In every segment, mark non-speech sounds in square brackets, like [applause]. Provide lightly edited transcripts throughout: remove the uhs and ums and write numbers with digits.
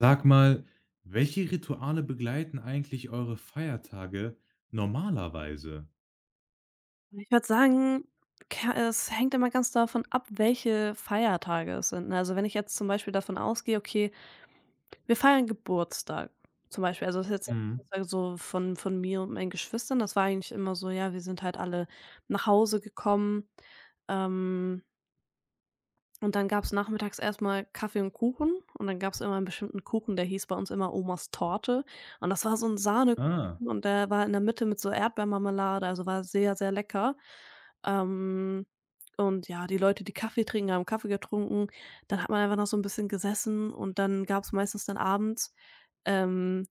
Sag mal, welche Rituale begleiten eigentlich eure Feiertage normalerweise? Ich würde sagen, ke es hängt immer ganz davon ab, welche Feiertage es sind, ne? Also, wenn ich jetzt zum Beispiel davon ausgehe, okay, wir feiern Geburtstag zum Beispiel. Also, das ist jetzt Mhm. Geburtstag so von mir und meinen Geschwistern. Das war eigentlich immer so, ja, wir sind halt alle nach Hause gekommen. Ähm und dann gab's nachmittags erstmal Kaffee und Kuchen und dann gab's immer einen bestimmten Kuchen, der hieß bei uns immer Omas Torte und das war so ein Sahnekuchen Ah, und der war in der Mitte mit so Erdbeermarmelade, also war sehr, sehr lecker. Ähm, und ja, die Leute, die Kaffee trinken, haben Kaffee getrunken. Dann hat man einfach noch so ein bisschen gesessen und dann gab's meistens dann abends, ähm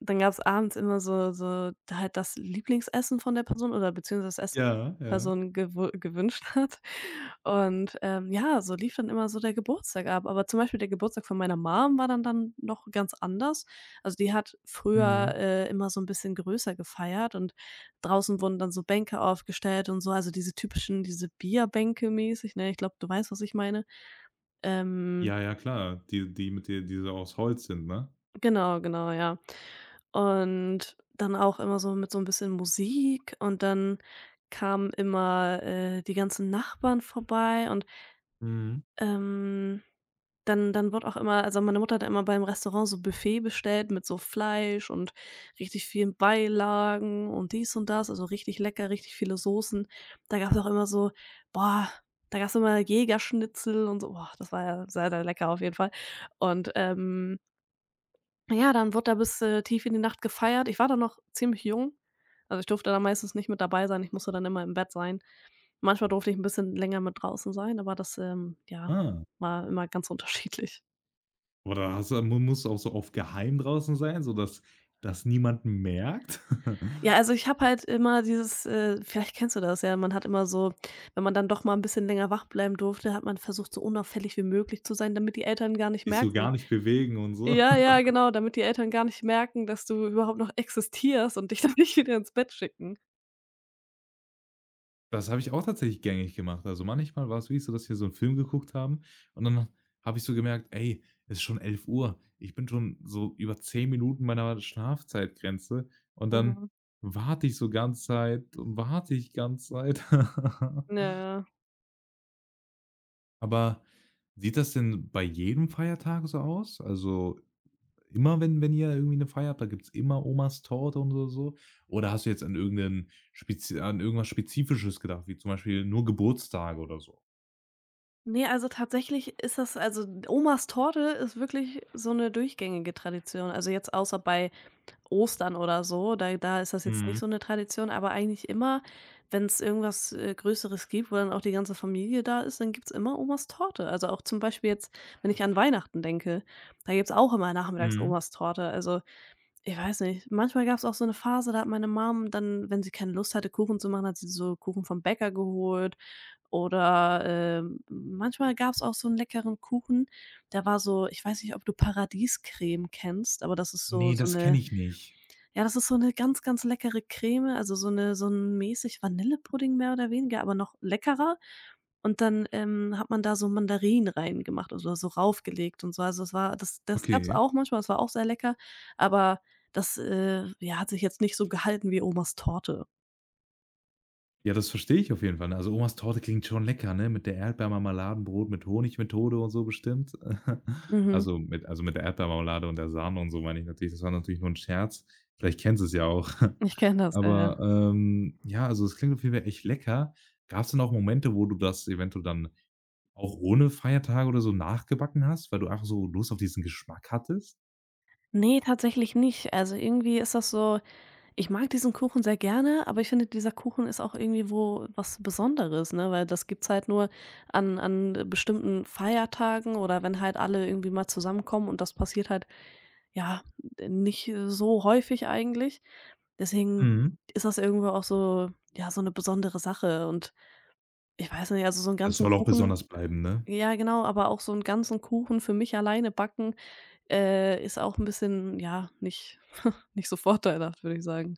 dann gab's abends immer so halt das Lieblingsessen von der Person oder beziehungsweise das Essen ja, ja. Person gewu gewünscht [laughs] hat. Und, ja, so lief dann immer so der Geburtstag ab. Aber zum Beispiel der Geburtstag von meiner Mom war dann noch ganz anders. Also, die hat früher, Mhm. Immer so 'n bisschen größer gefeiert und draußen wurden dann so Bänke aufgestellt und so, also diese typischen diese Bierbänke mäßig, ne? Ich glaube, du weißt, was ich meine. Ähm Ja, ja, klar, die mit dir, die so aus Holz sind, ne? Genau, genau, ja. Und dann auch immer so mit so 'n bisschen Musik und dann kamen immer, die ganzen Nachbarn vorbei und, Mhm. ähm, dann wurde auch immer also, meine Mutter hat immer beim Restaurant so Buffet bestellt mit so Fleisch und richtig vielen Beilagen und dies und das, also, richtig lecker, richtig viele Soßen. Da gab's auch immer so boah, da gab's immer Jägerschnitzel und so. Boah, das war ja sehr, sehr lecker auf jeden Fall. Und, ja, dann wurde da bis, tief in die Nacht gefeiert. Ich war da noch ziemlich jung. Also, ich durfte da meistens nicht mit dabei sein. Ich musste dann immer im Bett sein. Manchmal durfte ich ein bisschen länger mit draußen sein, aber das, ja, Ah, war immer ganz [laughs] unterschiedlich. oder hast du mu musst du auch so auf geheim draußen sein, sodass das niemand merkt? [laughs] Ja, also, ich habe halt immer dieses, vielleicht kennst du das ja, man hat immer so wenn man dann doch mal ein bisschen länger wach bleiben durfte, hat man versucht, so unauffällig wie möglich zu sein, damit die Eltern gar nicht Dich so gar merken nicht bewegen und so? ja, ja, genau, damit die Eltern gar nicht merken, dass du überhaupt noch existierst und dich [laughs] dann nicht wieder ins Bett schicken. Das habe ich auch tatsächlich gängig gemacht. Also, manchmal war es wirklich so, dass wir so einen Film geguckt haben und dann habe ich so gemerkt: „Ey, es ist schon 11 Uhr. Ich bin schon so über 10 Minuten meiner Schlafzeitgrenze.“ Und dann Mhm. warte ich so ganze Zeit und warte ich ganze Zeit. Ja, ja. [laughs] Aber sieht das denn bei jedem Feiertag so aus? Also, immer wenn ihr irgendwie eine Feier habt, da gibt's immer Omas Torte und so so? Oder hast du jetzt an irgendein spezi an irgendwas Spezifisches gedacht, wie zum Beispiel nur Geburtstage oder so? Ne, also tatsächlich ist das also Omas Torte ist wirklich so eine durchgängige Tradition. Also jetzt außer bei Ostern oder so, da ist das jetzt nicht Mhm, so eine Tradition, aber eigentlich immer, wenn es irgendwas, Größeres gibt, wo dann auch die ganze Familie da ist, dann gibt's immer Omas Torte. Also auch zum Beispiel jetzt, wenn ich an Weihnachten denke, da gibt's auch immer nachmittags mhm. Omas Torte. Also, ich weiß nicht, manchmal gab's auch so eine Phase, da hat meine Mom dann, wenn sie keine Lust hatte, Kuchen zu machen, hat sie so Kuchen vom Bäcker geholt oder, manchmal gab es auch so 'n leckeren Kuchen, der war so ich weiß nicht, ob du Paradiescreme kennst, aber das ist so Ne, so das kenne 'ne ich nicht. ja, das ist so 'ne ganz, ganz leckere Creme, also so 'ne so 'n mäßig Vanillepudding mehr oder weniger, aber noch leckerer. Und dann, hat man da so Mandarinen reingemacht oder so raufgelegt und so. Also, das gab's Okay. auch manchmal, das war auch sehr lecker, aber das, ja, hat sich jetzt nicht so gehalten wie Omas Torte. Ja, das verstehe ich auf jeden Fall, ne? Also, Omas Torte klingt schon lecker, ne, mit der Erdbeermarmeladenbrot mit Honigmethode und so bestimmt. [laughs] Mhm. Also, mit der Erdbeermarmelade und der Sahne und so meine ich natürlich. Das war natürlich nur 'n Scherz. Vielleicht kennen es ja auch. [laughs] Ich kenne das, ja, ja. Aber, ja, also, es klingt auf jeden Fall echt lecker. Gab's denn auch Momente, wo du das eventuell dann auch ohne Feiertage oder so nachgebacken hast, weil du einfach so Lust auf diesen Geschmack hattest? Nee, tatsächlich nicht. Also, irgendwie ist das so ich mag diesen Kuchen sehr gerne, aber ich finde, dieser Kuchen ist auch irgendwie wo was Besonderes, ne, weil das gibt's halt nur an bestimmten Feiertagen oder wenn halt alle irgendwie mal zusammenkommen und das passiert halt, ja, nicht so häufig eigentlich. Deswegen Mhm. ist das irgendwo auch so ja, so eine besondere Sache und ich weiß nicht, also, so einen Das ganzen soll auch Kuchen besonders bleiben, ne? ja, genau, aber auch so einen ganzen Kuchen für mich alleine backen, ist auch ein bisschen, ja, nicht so vorteilhaft, würde ich sagen.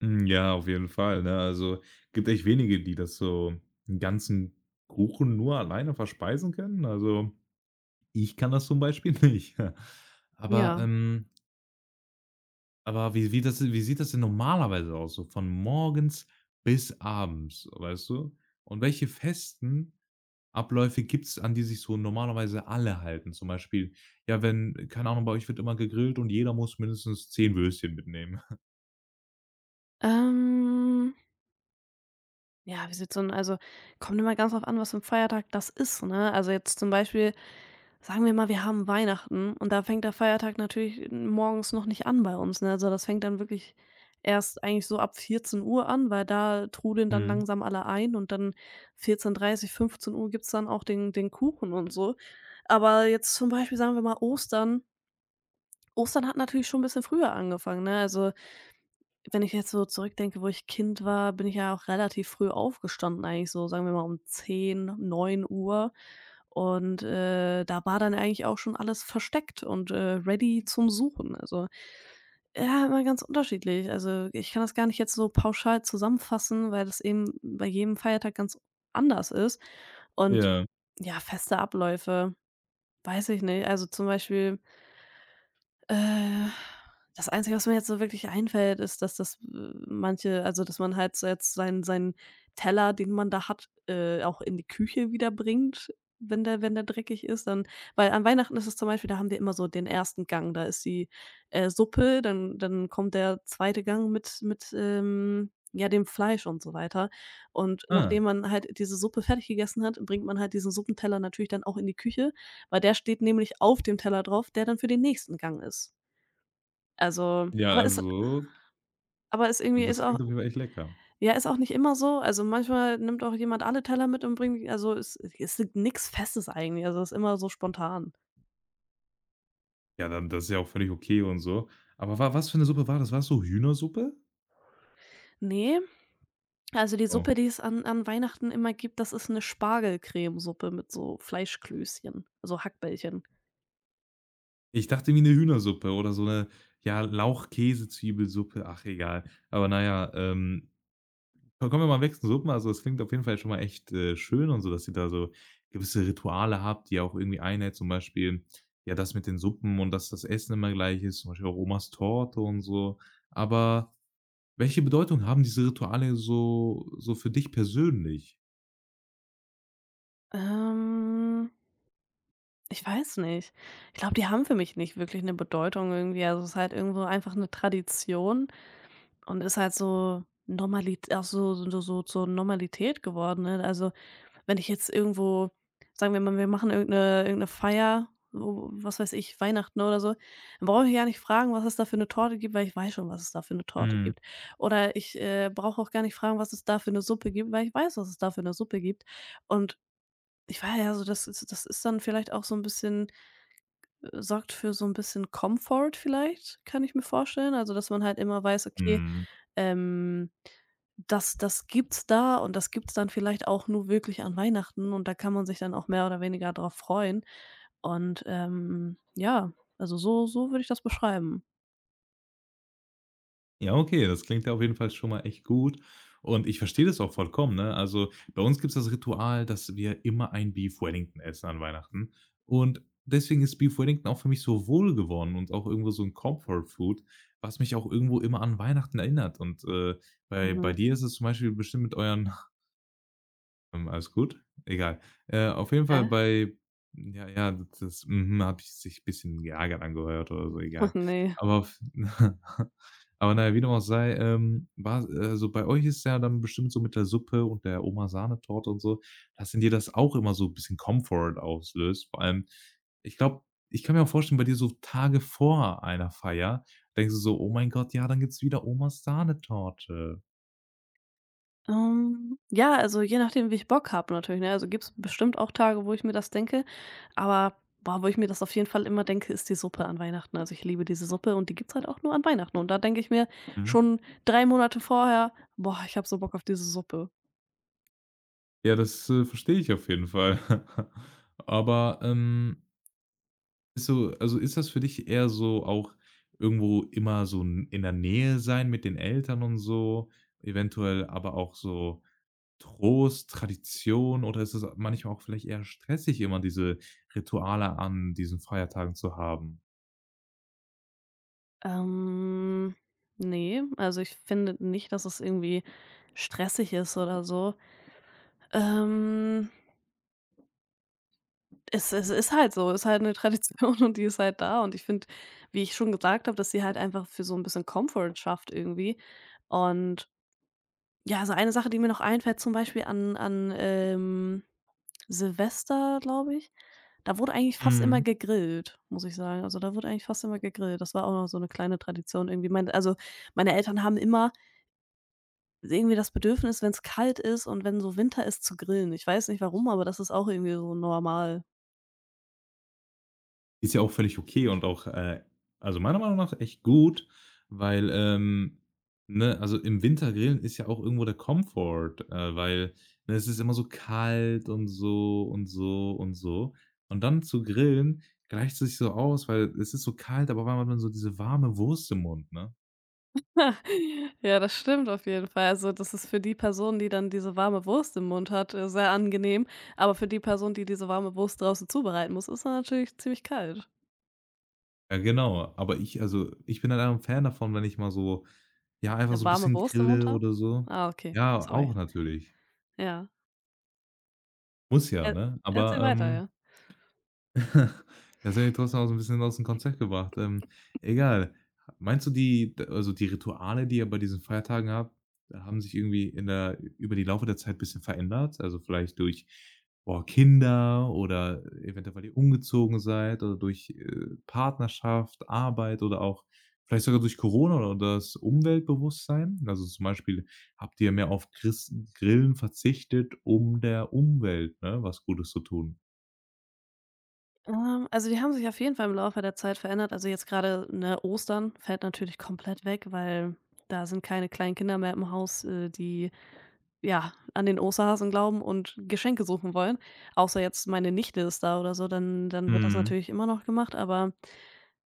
Hm, ja, auf jeden Fall, ne? Also, gibt echt wenige, die das so einen ganzen Kuchen nur alleine verspeisen können. Also, ich kann das zum Beispiel [laughs] nicht. Aber, Ja. ähm aber wie sieht das denn normalerweise aus, so von morgens bis abends, weißt du? Und welche festen Abläufe gibt's, an die sich so normalerweise alle halten? Zum Beispiel, ja, wenn keine Ahnung, bei euch wird immer gegrillt und jeder muss mindestens 10 Würstchen mitnehmen. Ähm, ja, wie sieht's denn also, kommt immer ganz drauf an, was für ein Feiertag das ist, ne? Also, jetzt zum Beispiel, sagen wir mal, wir haben Weihnachten und da fängt der Feiertag natürlich morgens noch nicht an bei uns, ne? Also, das fängt dann wirklich erst eigentlich so ab 14 Uhr an, weil da trudeln dann Mhm. langsam alle ein und dann 14:30, Uhr dreißig, 15 Uhr gibt's dann auch den den Kuchen und so. Aber jetzt zum Beispiel, sagen wir mal, Ostern Ostern hat natürlich schon ein bisschen früher angefangen, ne? Also wenn ich jetzt so zurückdenke, wo ich Kind war, bin ich ja auch relativ früh aufgestanden eigentlich so, sagen wir mal um zehn neun Uhr und, da war dann eigentlich auch schon alles versteckt und, ready zum Suchen. Also, ja, immer ganz unterschiedlich. Also, ich kann das gar nicht jetzt so pauschal zusammenfassen, weil das eben bei jedem Feiertag ganz anders ist und Ja. ja, feste Abläufe, weiß ich nicht. Also, zum Beispiel äh, das Einzige, was mir jetzt so wirklich einfällt, ist, dass das, manche also, dass man halt so jetzt seinen Teller, den man da hat, auch in die Küche wieder bringt, wenn der dreckig ist, dann weil an Weihnachten ist es zum Beispiel, da haben wir immer so den ersten Gang, da ist die, Suppe, dann kommt der zweite Gang mit mit ja, dem Fleisch und so weiter. Und Ah. nachdem man halt diese Suppe fertig gegessen hat, bringt man halt diesen Suppenteller natürlich dann auch in die Küche weil der steht nämlich auf dem Teller drauf, der dann für den nächsten Gang ist. Also, Ja, aber ist irgendwie ist das auch klingt auf jeden Fall echt lecker. ja, ist auch nicht immer so. Also, manchmal nimmt auch jemand alle Teller mit und bringt die also, es ist nix Festes eigentlich, also, ist immer so spontan. Ja, dann das ist ja auch völlig okay und so. Aber wa was für 'ne Suppe war das? War das so Hühnersuppe? Ne, also, die Oh. Suppe, die es an Weihnachten immer gibt, das ist 'ne Spargelcremesuppe mit so Fleischklößchen, also Hackbällchen. Ich dachte irgendwie 'ne Hühnersuppe oder so 'ne, ja, Lauch-Käse-Zwiebelsuppe. Ach, egal. Aber na ja, ko kommen wir mal weg zu Suppen. Also, das klingt auf jeden Fall schon mal echt, schön und so, dass ihr da so gewisse Rituale habt, die ihr auch irgendwie einhält. Zum Beispiel, ja, das mit den Suppen und dass das Essen immer gleich ist, zum Beispiel auch Omas Torte und so. Aber welche Bedeutung haben diese Rituale so für dich persönlich? Ähm, ich weiß nicht. Ich glaube, die haben für mich nicht wirklich 'ne Bedeutung irgendwie. Also, es ist halt irgendwo einfach 'ne Tradition. Und ist halt so Normalität auch so zur Normalität geworden, ne? Also, wenn ich jetzt irgendwo sagen wir mal, wir machen irgend 'ne Feier, wo was weiß ich, Weihnachten oder so, dann brauche ich gar nicht fragen, was es da für eine Torte gibt, weil ich weiß schon, was es da für eine Torte Mhm. gibt. Oder ich, brauche auch gar nicht fragen, was es da für eine Suppe gibt, weil ich weiß, was es da für eine Suppe gibt. Und ich war ja so das ist dann vielleicht auch so ein bisschen sorgt für so ein bisschen Comfort vielleicht, kann ich mir vorstellen. Also, dass man halt immer weiß: „Okay“, Mhm. ähm, das gibt's da und das gibt's dann vielleicht auch nur wirklich an Weihnachten und da kann man sich dann auch mehr oder weniger drauf freuen. Und, ja, also so würde ich das beschreiben. Ja, okay, das klingt ja auf jeden Fall schon mal echt gut. Und ich verstehe das auch vollkommen, ne? Also, bei uns gibt es das Ritual, dass wir immer ein Beef Wellington essen an Weihnachten. Und deswegen ist Beef Wellington auch für mich so wohlgewonnen und auch irgendwo so ein Comfort Food, was mich auch irgendwo immer an Weihnachten erinnert. Und, bei Mhm. dir ist es zum Beispiel bestimmt mit euren alles gut? Egal. Auf jeden Fall Hä? bei ja, ja, das Mhm habe ich sich ein bisschen geärgert angehört oder so, [laughs] egal. Ach ne. Aber auf [laughs] aber na ja, wie dem auch sei, war so bei euch ist ja dann bestimmt so mit der Suppe und der Oma-Sahnetorte und so, dass in dir das auch immer so ein bisschen Comfort auslöst. Vor allem, ich glaube ich kann mir auch vorstellen, bei dir so Tage vor einer Feier denkst du so: „Oh mein Gott, ja, dann gibt's wieder Omas Sahnetorte.“ Ja, also je nachdem, wie ich Bock habe natürlich, ne? Also gibt's bestimmt auch Tage, wo ich mir das denke, aber, boah, wo ich mir das auf jeden Fall immer denke, ist die Suppe an Weihnachten. Also ich liebe diese Suppe und die gibt's halt auch nur an Weihnachten. Und da denke ich mir schon 3 Monate vorher: „Boah, ich habe so Bock auf diese Suppe.“ Ja, das, verstehe ich auf jeden Fall. [laughs] Aber, ist so ist das für dich eher so auch irgendwo immer so 'n in der Nähe sein mit den Eltern und so, eventuell aber auch so Trost, Tradition oder ist es manchmal auch vielleicht eher stressig, immer diese Rituale an diesen Feiertagen zu haben? Ähm, ne, also ich finde nicht, dass es irgendwie stressig ist oder so. Ähm, es ist halt so, ist halt eine Tradition [laughs] und die ist halt da und ich finde, wie ich schon gesagt habe, dass sie halt einfach für so ein bisschen Comfort schafft irgendwie. Und ja, also eine Sache, die mir noch einfällt, zum Beispiel an Silvester, glaube ich, da wurde eigentlich fast immer Mhm. gegrillt, muss ich sagen. Also, da wurde eigentlich fast immer gegrillt. Das war auch noch so eine kleine Tradition irgendwie. Mein also, meine Eltern haben immer irgendwie das Bedürfnis, wenn es kalt ist und wenn so Winter ist, zu grillen. Ich weiß nicht warum, aber das ist auch irgendwie so normal. Ist ja auch völlig okay und auch, also meiner Meinung nach echt gut, weil, ne, also im Winter grillen ist ja auch irgendwo der Comfort, weil, ne, es ist immer so kalt und so und so. Und dann zu grillen gleicht sich so aus, weil es ist so kalt, aber auf hat man so diese warme Wurst im Mund, ne? [laughs] Ja, das stimmt auf jeden Fall. Also, das ist für die Person, die dann diese warme Wurst im Mund hat, sehr angenehm. Aber für die Person, die diese warme Wurst draußen zubereiten muss, ist es natürlich ziemlich kalt. Ja, genau. Aber ich ich bin halt einfach 'n Fan davon, wenn ich mal so ja, einfach Eine so 'n warme bisschen Wurst im Mund grille haben? oder so. Ah, okay, Ja, sorry. auch natürlich. Ja. Muss ja, Er ne? Aber, erzähl weiter, ja. [laughs] das hat mich trotzdem auch so 'n bisschen aus dem Konzept gebracht. Egal. Meinst du, die die Rituale, die ihr bei diesen Feiertagen habt, haben sich irgendwie in der über die Laufe der Zeit ein bisschen verändert? Also, vielleicht durch, boah, Kinder oder eventuell, weil ihr umgezogen seid oder durch, Partnerschaft, Arbeit oder auch vielleicht sogar durch Corona oder das Umweltbewusstsein? Also, zum Beispiel, habt ihr mehr auf Gris Grillen verzichtet, um der Umwelt, ne, was Gutes zu tun? Also, die haben sich auf jeden Fall im Laufe der Zeit verändert. Also, jetzt gerade ne, Ostern fällt natürlich komplett weg, weil da sind keine kleinen Kinder mehr im Haus, die, ja, an den Osterhasen glauben und Geschenke suchen wollen. Außer jetzt meine Nichte ist da oder so, dann wird das Mhm, natürlich immer noch gemacht, aber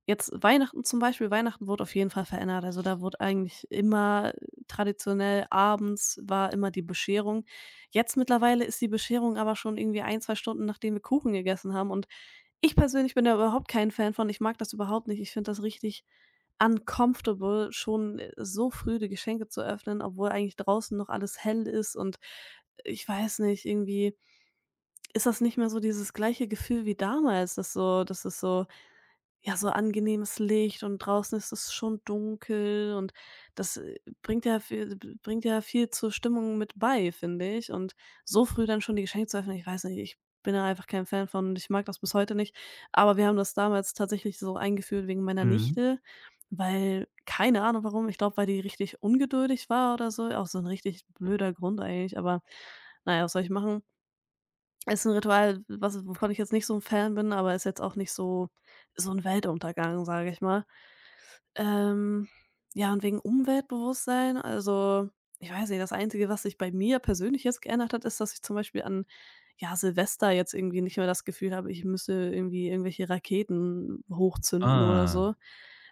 jetzt Weihnachten zum Beispiel Weihnachten wurde auf jeden Fall verändert. Also, da wurde eigentlich immer traditionell abends war immer die Bescherung. Jetzt mittlerweile ist die Bescherung aber schon irgendwie ein 2 Stunden, nachdem wir Kuchen gegessen haben und ich persönlich bin da überhaupt kein Fan von. Ich mag das überhaupt nicht. Ich finde das richtig uncomfortable, schon, so früh die Geschenke zu öffnen, obwohl eigentlich draußen noch alles hell ist und ich weiß nicht, irgendwie ist das nicht mehr so dieses gleiche Gefühl wie damals, dass so dass es so ja, so angenehmes Licht und draußen ist es schon dunkel und das, bringt ja viel zur Stimmung mit bei, finde ich. Und so früh dann schon die Geschenke zu öffnen, ich weiß nicht, ich bin da einfach kein Fan von und ich mag das bis heute nicht. Aber wir haben das damals tatsächlich so eingeführt wegen meiner mhm. Nichte, weil keine Ahnung warum, ich glaube, weil die richtig ungeduldig war oder so, auch so ein richtig blöder Grund eigentlich, aber na ja, was soll ich machen? Ist 'n Ritual, was wovon ich jetzt nicht so 'n Fan bin, aber ist jetzt auch nicht so so 'n Weltuntergang, sage ich mal. Ähm, ja, und wegen Umweltbewusstsein, also, ich weiß nicht, das Einzige, was sich bei mir persönlich jetzt geändert hat, ist, dass ich zum Beispiel an, ja, Silvester jetzt irgendwie nicht mehr das Gefühl habe, ich müsse irgendwie irgendwelche Raketen hochzünden oder Ah, so.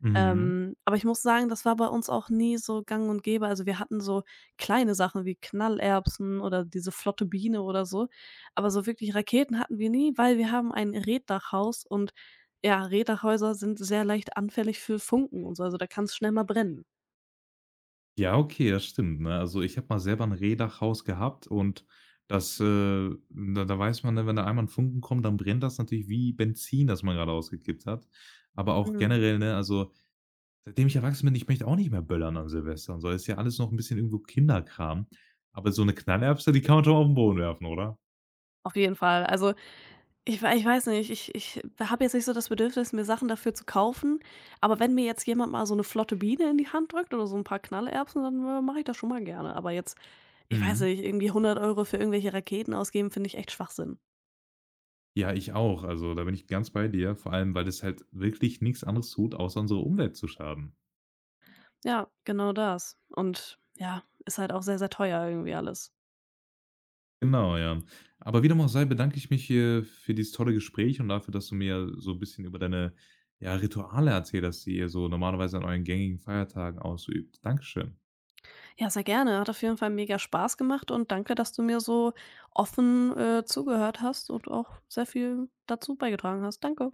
mhm. Aber ich muss sagen, das war bei uns auch nie so gang und gäbe. Also, wir hatten so kleine Sachen wie Knallerbsen oder diese flotte Biene oder so, aber so wirklich Raketen hatten wir nie, weil wir haben ein Reetdachhaus und ja, Räderhäuser sind sehr leicht anfällig für Funken und so, also da kann es schnell mal brennen. Ja, okay, das stimmt, ne? Also, ich habe mal selber ein Rehdachhaus gehabt und das, da weiß man, ne, wenn da einmal ein Funken kommt, dann brennt das natürlich wie Benzin, das man gerade ausgekippt hat. Aber auch Mhm. generell, ne, also, seitdem ich erwachsen bin, ich möchte auch nicht mehr böllern an Silvester und so. Ist ja alles noch ein bisschen irgendwo Kinderkram. Aber so eine Knallerbse, die kann man schon auf den Boden werfen, oder? Auf jeden Fall. Also, ich weiß nicht, ich habe jetzt nicht so das Bedürfnis, mir Sachen dafür zu kaufen, aber wenn mir jetzt jemand mal so eine flotte Biene in die Hand drückt oder so ein paar Knallerbsen, dann, mache ich das schon mal gerne. Aber jetzt, ich weiß Mhm. nicht, irgendwie 100 Euro für irgendwelche Raketen ausgeben, finde ich echt Schwachsinn. Ja, ich auch. Also, da bin ich ganz bei dir, vor allem, weil es halt wirklich nichts anderes tut, außer unserer Umwelt zu schaden. Ja, genau das. Und ja, ist halt auch sehr, sehr teuer irgendwie alles. Genau, ja. Aber wie dem auch sei, bedanke ich mich hier für dieses tolle Gespräch und dafür, dass du mir so ein bisschen über deine, ja, Rituale erzählt hast, die ihr so normalerweise an euren gängigen Feiertagen ausübt. Dankeschön. Ja, sehr gerne. Hat auf jeden Fall mega Spaß gemacht und danke, dass du mir so offen, zugehört hast und auch sehr viel dazu beigetragen hast. Danke.